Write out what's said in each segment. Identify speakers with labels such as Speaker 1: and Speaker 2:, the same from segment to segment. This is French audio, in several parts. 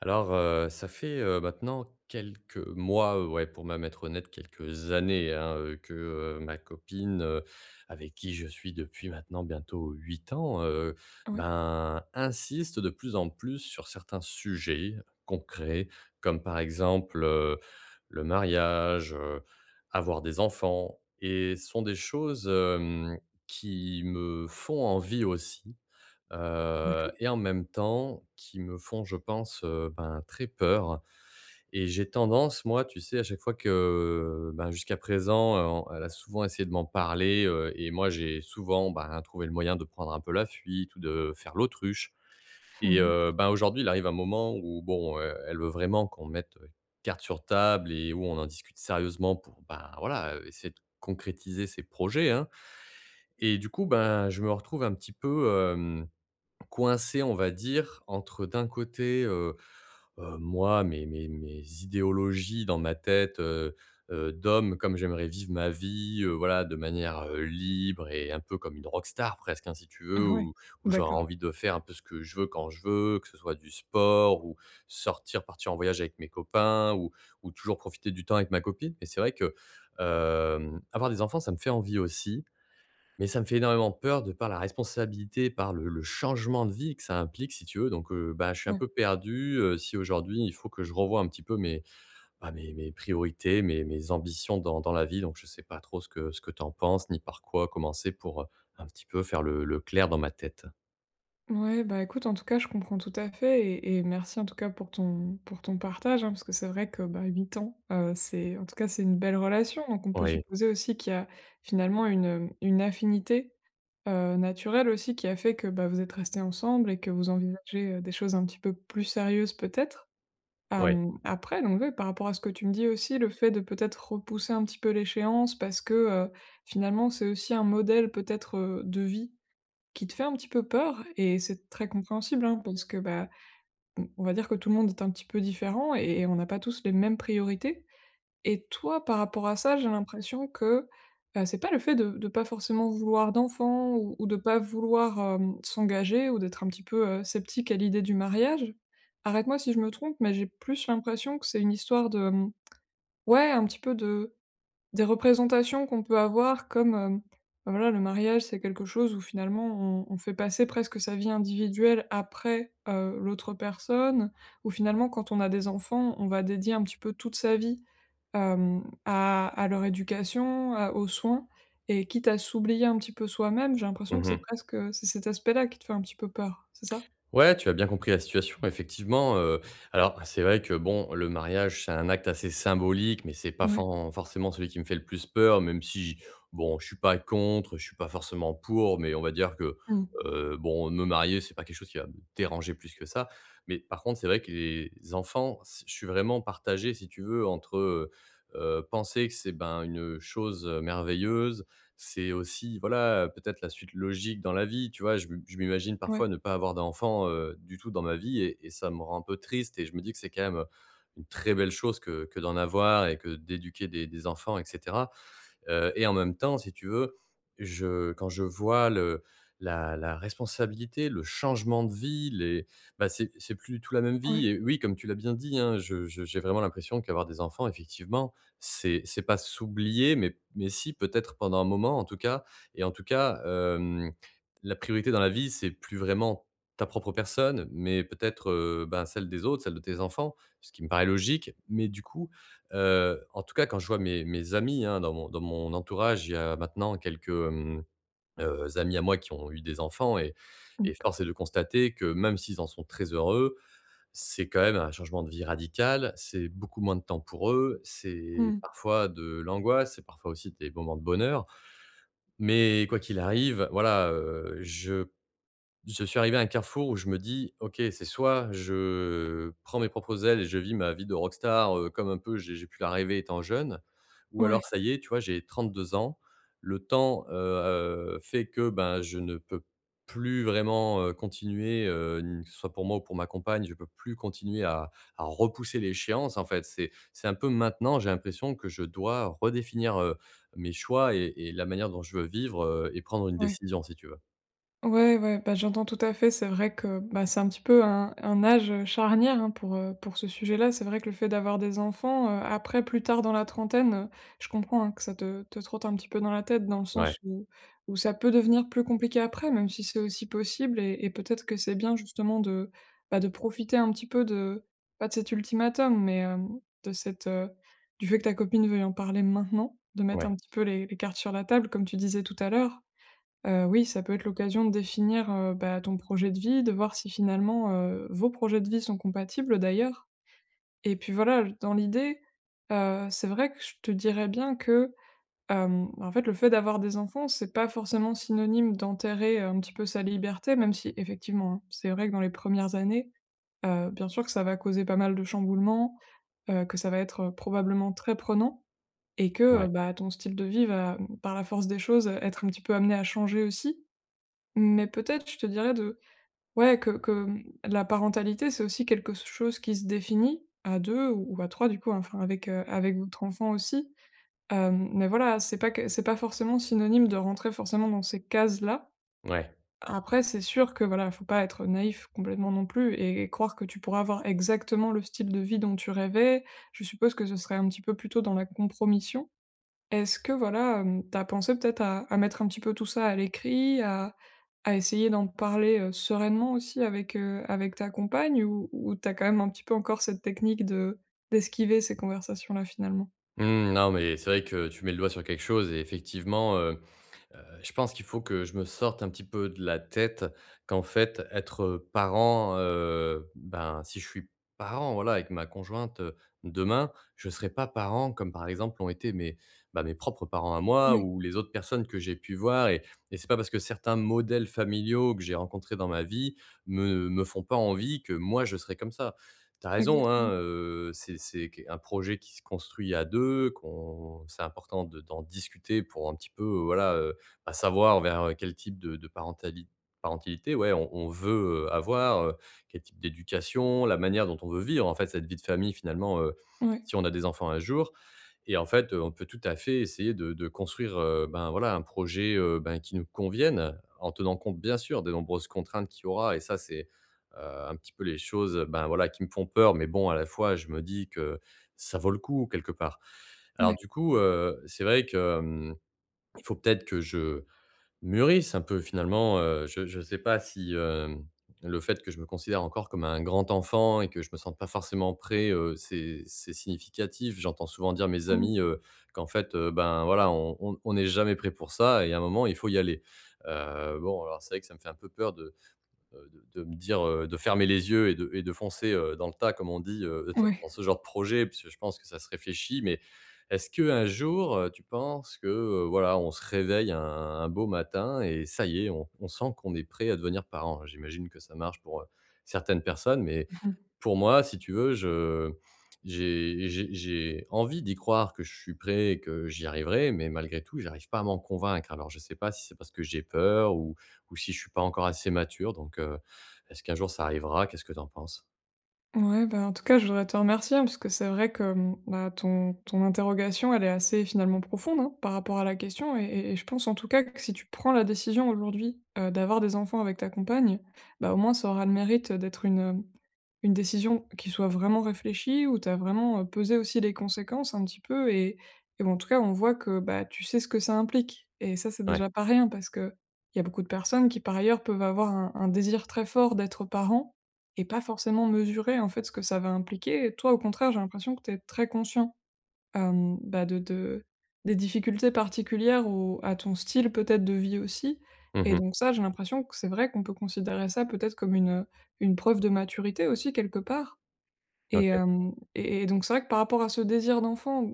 Speaker 1: Alors, ça fait, maintenant quelques mois, ouais, pour même être honnête, quelques années, hein, que, ma copine, avec qui je suis depuis maintenant bientôt 8 ans,
Speaker 2: Ouais,
Speaker 1: ben, insiste de plus en plus sur certains sujets concrets, comme par exemple, le mariage, avoir des enfants, et ce sont des choses, qui me font envie aussi,
Speaker 2: d'accord.
Speaker 1: et en même temps qui me font, je pense, ben, très peur. Et j'ai tendance, moi, tu sais, à chaque fois que, ben, jusqu'à présent, elle a souvent essayé de m'en parler, et moi, j'ai souvent, ben, trouvé le moyen de prendre un peu la fuite ou de faire l'autruche.
Speaker 2: Mmh.
Speaker 1: Et
Speaker 2: D'accord.
Speaker 1: ben, aujourd'hui, il arrive un moment où, bon, elle veut vraiment qu'on mette, cartes sur table, et où on en discute sérieusement pour, ben, voilà, essayer de concrétiser ses projets, hein. Et du coup, ben, je me retrouve un petit peu coincé, on va dire, entre, d'un côté, moi, mes idéologies dans ma tête, d'homme, comme j'aimerais vivre ma vie, voilà, de manière, libre et un peu comme une rockstar presque, hein, si tu veux,
Speaker 2: Ah ouais,
Speaker 1: où j'aurais
Speaker 2: d'accord.
Speaker 1: envie de faire un peu ce que je veux quand je veux, que ce soit du sport, ou sortir, partir en voyage avec mes copains, ou toujours profiter du temps avec ma copine. Mais c'est vrai que, avoir des enfants, ça me fait envie aussi, mais ça me fait énormément peur, de par la responsabilité, par le changement de vie que ça implique, si tu veux. Donc bah, je suis un
Speaker 2: Ouais.
Speaker 1: peu perdu, si aujourd'hui il faut que je revoie un petit peu mes, bah, mes priorités, mes ambitions dans la vie. Donc je sais pas trop ce que tu en penses, ni par quoi commencer pour, un petit peu faire le clair dans ma tête.
Speaker 2: Ouais, bah, écoute, en tout cas, je comprends tout à fait et merci, en tout cas, pour ton partage, hein, parce que c'est vrai que, bah, 8 ans, c'est en tout cas, c'est une belle relation, donc on peut
Speaker 1: Oui,
Speaker 2: supposer aussi qu'il y a finalement une affinité, naturelle aussi qui a fait que, bah, vous êtes restés ensemble et que vous envisagez, des choses un petit peu plus sérieuses peut-être?
Speaker 1: oui.
Speaker 2: Après donc oui, par rapport à ce que tu me dis aussi, le fait de peut-être repousser un petit peu l'échéance parce que, finalement, c'est aussi un modèle peut-être, de vie qui te fait un petit peu peur et c'est très compréhensible, hein, parce que, bah, on va dire que tout le monde est un petit peu différent et on n'a pas tous les mêmes priorités. Et toi, par rapport à ça, j'ai l'impression que, c'est pas le fait de pas forcément vouloir d'enfants ou de pas vouloir, s'engager ou d'être un petit peu, sceptique à l'idée du mariage. Arrête-moi si je me trompe, mais j'ai plus l'impression que c'est une histoire de, ouais, un petit peu de des représentations qu'on peut avoir comme, bah, voilà, le mariage, c'est quelque chose où finalement on fait passer presque sa vie individuelle après, l'autre personne, où finalement quand on a des enfants, on va dédier un petit peu toute sa vie, à leur éducation, à aux soins et quitte à s'oublier un petit peu soi-même, j'ai l'impression que c'est
Speaker 1: Mmh.
Speaker 2: presque, c'est cet aspect-là qui te fait un petit peu peur, c'est ça?
Speaker 1: Ouais, tu as bien compris la situation, effectivement, alors c'est vrai que, bon, le mariage, c'est un acte assez symbolique, mais c'est pas
Speaker 2: Ouais.
Speaker 1: fen forcément celui qui me fait le plus peur, même si, bon, je suis pas contre, je suis pas forcément pour, mais on va dire que,
Speaker 2: Mmh.
Speaker 1: bon, me marier, c'est pas quelque chose qui va me déranger plus que ça. Mais par contre, c'est vrai que les enfants, c je suis vraiment partagé, si tu veux, entre, penser que c'est, ben, une chose merveilleuse, c'est aussi, voilà, peut-être la suite logique dans la vie, tu vois? Je m je m'imagine parfois
Speaker 2: Ouais,
Speaker 1: ne pas avoir d'enfant, du tout dans ma vie, et ça me rend un peu triste, et je me dis que c'est quand même une très belle chose que d'en avoir, et que d'éduquer des enfants, etc. Et en même temps, si tu veux, je quand je vois le la la responsabilité, le changement de vie, les, bah, c'est plus du tout la même
Speaker 2: ouais.
Speaker 1: vie. Et oui, comme tu l'as bien dit, hein, je j'ai vraiment l'impression qu'avoir des enfants, effectivement, c'est pas s'oublier, mais si, peut-être pendant un moment, en tout cas. Et en tout cas, la priorité dans la vie, c'est plus vraiment ta propre personne, mais peut-être, ben, celle des autres, celle de tes enfants, ce qui me paraît logique. Mais du coup, en tout cas, quand je vois mes amis, hein, dans mon entourage, il y a maintenant quelques, amis à moi qui ont eu des enfants, et force
Speaker 2: Mmh.
Speaker 1: est de constater que, même s'ils en sont très heureux, c'est quand même un changement de vie radical. C'est beaucoup moins de temps pour eux. C'est
Speaker 2: Mmh.
Speaker 1: parfois de l'angoisse, c'est parfois aussi des moments de bonheur. Mais quoi qu'il arrive, voilà, je suis arrivé à un carrefour où je me dis: «OK, c'est soit je prends mes propres ailes et je vis ma vie de rockstar, comme un peu j'ai pu la rêver étant jeune, ou alors
Speaker 2: Ouais,
Speaker 1: ça y est, tu vois, j'ai 32 ans, le temps, fait que, ben, je ne peux plus vraiment, continuer, ni que ce soit pour moi ou pour ma compagne, je peux plus continuer à repousser l'échéance, en fait». C'est un peu maintenant, j'ai l'impression que je dois redéfinir, mes choix, et la manière dont je veux vivre, et prendre une
Speaker 2: ouais.
Speaker 1: décision, si tu veux.
Speaker 2: Ouais, ouais, bah, j'entends tout à fait. C'est vrai que, bah, c'est un petit peu un âge, charnière, hein, pour ce sujet-là. C'est vrai que le fait d'avoir des enfants, après, plus tard dans la trentaine, je comprends, hein, que ça te trotte un petit peu dans la tête, dans le sens
Speaker 1: Ouais,
Speaker 2: où où ça peut devenir plus compliqué après, même si c'est aussi possible et peut-être que c'est bien justement de, bah, de profiter un petit peu de pas de cet ultimatum, mais, de cette, du fait que ta copine veuille en parler maintenant, de mettre
Speaker 1: ouais,
Speaker 2: un petit peu les cartes sur la table, comme tu disais tout à l'heure. Oui, ça peut être l'occasion de définir, bah, ton projet de vie, de voir si finalement, vos projets de vie sont compatibles d'ailleurs et puis voilà, dans l'idée, c'est vrai que je te dirais bien que, en fait, le fait d'avoir des enfants, c'est pas forcément synonyme d'enterrer un petit peu sa liberté, même si effectivement, hein, c'est vrai que dans les premières années, bien sûr que ça va causer pas mal de chamboulements, que ça va être, probablement très prenant et que,
Speaker 1: ouais.
Speaker 2: bah, ton style de vie va, par la force des choses, être un petit peu amené à changer aussi. Mais peut-être, je te dirais de ouais, que la parentalité, c'est aussi quelque chose qui se définit à 2 ou à 3 du coup, hein, enfin avec, avec votre enfant aussi. Mais voilà, c'est pas que c'est pas forcément synonyme de rentrer forcément dans ces cases-là.
Speaker 1: Ouais.
Speaker 2: Après, c'est sûr que voilà, faut pas être naïf complètement non plus et croire que tu pourras avoir exactement le style de vie dont tu rêvais. Je suppose que ce serait un petit peu plutôt dans la compromission. Est-ce que voilà, tu pensé peut-être à mettre un petit peu tout ça à l'écrit, à essayer d'en parler, sereinement aussi avec, avec ta compagne ou tu quand même un petit peu encore cette technique de d'esquiver ces conversations-là finalement?
Speaker 1: Mmh, non, mais c'est vrai que tu mets le doigt sur quelque chose, et effectivement, je pense qu'il faut que je me sorte un petit peu de la tête qu'en fait, être parent, ben, si je suis parent, voilà, avec ma conjointe, demain, je ne serai pas parent comme, par exemple, l'ont été mes, bah, mes propres parents à moi,
Speaker 2: Oui,
Speaker 1: ou les autres personnes que j'ai pu voir, et c'est pas parce que certains modèles familiaux que j'ai rencontrés dans ma vie me font pas envie, que moi, je serai comme ça. T'as raison,
Speaker 2: exactement.
Speaker 1: hein, c'est qu un projet qui se construit à 2, qu'on c'est important de d'en discuter, pour un petit peu, voilà, à savoir vers quel type de parentalité, ouais, on veut, avoir, quel type d'éducation, la manière dont on veut vivre, en fait, cette vie de famille finalement,
Speaker 2: Ouais,
Speaker 1: si on a des enfants un jour, et en fait, on peut tout à fait essayer de construire, ben, voilà, un projet, ben, qui nous convienne, en tenant compte bien sûr des nombreuses contraintes qu'il y aura, et ça c'est, heu, un petit peu les choses, ben, voilà, qui me font peur, mais bon, à la fois je me dis que ça vaut le coup quelque part. Alors
Speaker 2: ouais.
Speaker 1: du coup, c'est vrai que, il faut peut-être que je mûrissent un peu finalement, je ne sais pas si, le fait que je me considère encore comme un grand enfant et que je me sente pas forcément prêt, c'est significatif. J'entends souvent dire mes
Speaker 2: Mmh,
Speaker 1: amis, qu'en fait, ben, voilà, on n'est jamais prêt pour ça, et à un moment, il faut y aller. Bon, alors c'est vrai que ça me fait un peu peur de de me dire, de fermer les yeux et de foncer, dans le tas, comme on dit,
Speaker 2: ouais.
Speaker 1: dans ce genre de projet, puisque je pense que ça se réfléchit. Mais est-ce que un jour, tu penses que, voilà, on se réveille un beau matin et ça y est, on sent qu'on est prêt à devenir parent? J'imagine que ça marche pour, certaines personnes, mais pour moi, si tu veux, je j'ai envie d'y croire que je suis prêt et que j'y arriverai, mais malgré tout, j'arrive pas à m'en convaincre. Alors je sais pas si c'est parce que j'ai peur, ou si je suis pas encore assez mature. Donc est-ce qu'un jour ça arrivera? Qu'est-ce que tu en penses?
Speaker 2: Ouais, bah, en tout cas, je voudrais te remercier, hein, parce que c'est vrai que mmh, bah, ton interrogation, elle est assez finalement profonde, hein, par rapport à la question et je pense en tout cas que si tu prends la décision aujourd'hui, d'avoir des enfants avec ta compagne, bah, au moins ça aura le mérite, d'être une décision qui soit vraiment réfléchie, où tu as vraiment, pesé aussi les conséquences un petit peu et bon, en tout cas, on voit que, bah, tu sais ce que ça implique et ça, c'est
Speaker 1: Ouais.
Speaker 2: déjà pas rien parce que il y a beaucoup de personnes qui, par ailleurs, peuvent avoir un désir très fort d'être parents et pas forcément mesurer, en fait, ce que ça va impliquer et toi, au contraire, j'ai l'impression que tu es très conscient. Bah, de des difficultés particulières au à ton style peut-être de vie aussi et
Speaker 1: Mmh.
Speaker 2: donc ça, j'ai l'impression que c'est vrai qu'on peut considérer ça peut-être comme une preuve de maturité aussi quelque part. Et
Speaker 1: OK.
Speaker 2: hem et donc c'est vrai que par rapport à ce désir d'enfant,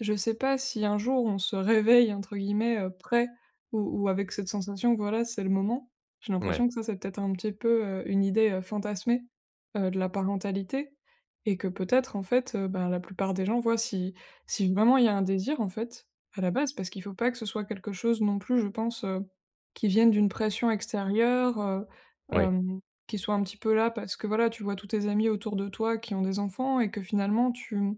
Speaker 2: je sais pas si un jour on se «réveille» entre guillemets, prêt ou avec cette sensation que voilà, c'est le moment. J'ai
Speaker 1: Ouais.
Speaker 2: l'impression que ça, c'est peut-être un petit peu, une idée, fantasmée, de la parentalité et que peut-être en fait, ben, la plupart des gens voient si si vraiment il y a un désir en fait, à la base. Parce qu'il faut pas que ce soit quelque chose non plus, je pense, qui vienne d'une pression extérieure,
Speaker 1: Oui.
Speaker 2: hem qui soit un petit peu là parce que voilà, tu vois tous tes amis autour de toi qui ont des enfants et que finalement tu,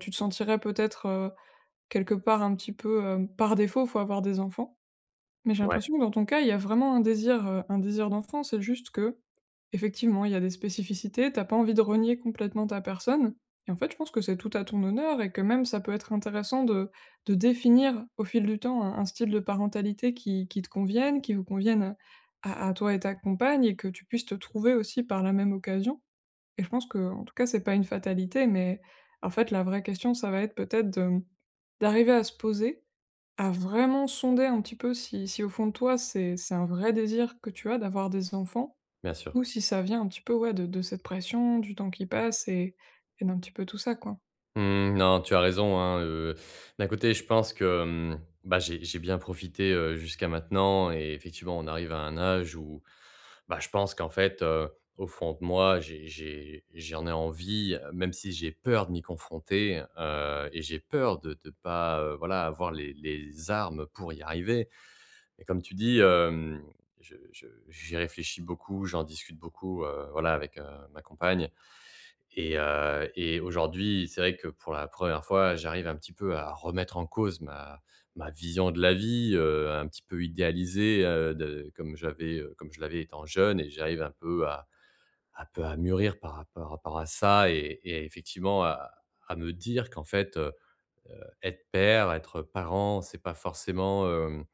Speaker 2: tu te sentirais peut-être, quelque part un petit peu, par défaut, faut avoir des enfants. Mais j'ai
Speaker 1: Ouais.
Speaker 2: l'impression que dans ton cas, il y a vraiment un désir d'enfant. C'est juste que, effectivement, il y a des spécificités, T'as pas envie de renier complètement ta personne et en fait, je pense que c'est tout à ton honneur et que même ça peut être intéressant de définir au fil du temps un style de parentalité qui te convienne, qui vous convienne, à toi et ta compagne et que tu puisses te trouver aussi par la même occasion et je pense que, en tout cas, c'est pas une fatalité mais en fait, la vraie question, ça va être peut-être de, d'arriver à se poser à vraiment sonder un petit peu si si au fond de toi, c'est un vrai désir que tu as d'avoir des enfants
Speaker 1: Bien sûr.
Speaker 2: ou si ça vient un petit peu, ouais, de cette pression, du temps qui passe et d'un petit peu tout ça, quoi.
Speaker 1: Mmh, non, tu as raison, hein, d'un côté, je pense que, mmh, bah, j'ai bien profité, jusqu'à maintenant, et effectivement, on arrive à un âge où, bah, je pense qu'en fait, au fond de moi, j'en ai envie, même si j'ai peur de m'y confronter, et j'ai peur de pas, voilà, avoir les armes pour y arriver. Mais comme tu dis, je j'y réfléchis beaucoup, j'en discute beaucoup, voilà, avec, ma compagne. Et aujourd'hui, c'est vrai que pour la première fois, j'arrive un petit peu à remettre en cause ma vision de la vie, un petit peu idéalisée, de comme j'avais, comme je l'avais étant jeune, et j'arrive un peu à mûrir par rapport à ça, et effectivement à me dire qu'en fait, être père, être parent, c'est pas forcément,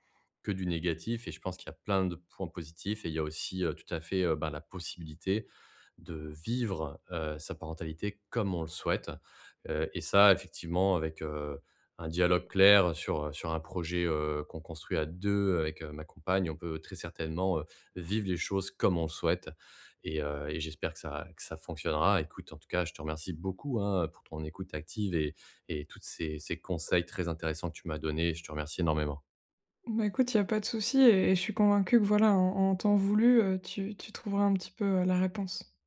Speaker 1: que du négatif, et je pense qu'il y a plein de points positifs, et il y a aussi, tout à fait, ben, la possibilité de vivre, sa parentalité comme on le souhaite, et ça effectivement avec, un dialogue clair sur, sur un projet, qu'on construit à 2 avec, ma compagne, on peut très certainement, vivre les choses comme on le souhaite. Et j'espère que ça fonctionnera. Écoute, en tout cas, je te remercie beaucoup, hein, pour ton écoute active, et toutes ces conseils très intéressants que tu m'as donnés. Je te remercie énormément.
Speaker 2: Bah, écoute, il y a pas de souci et je suis convaincue que voilà, en en temps voulu, tu tu trouveras un petit peu, la réponse.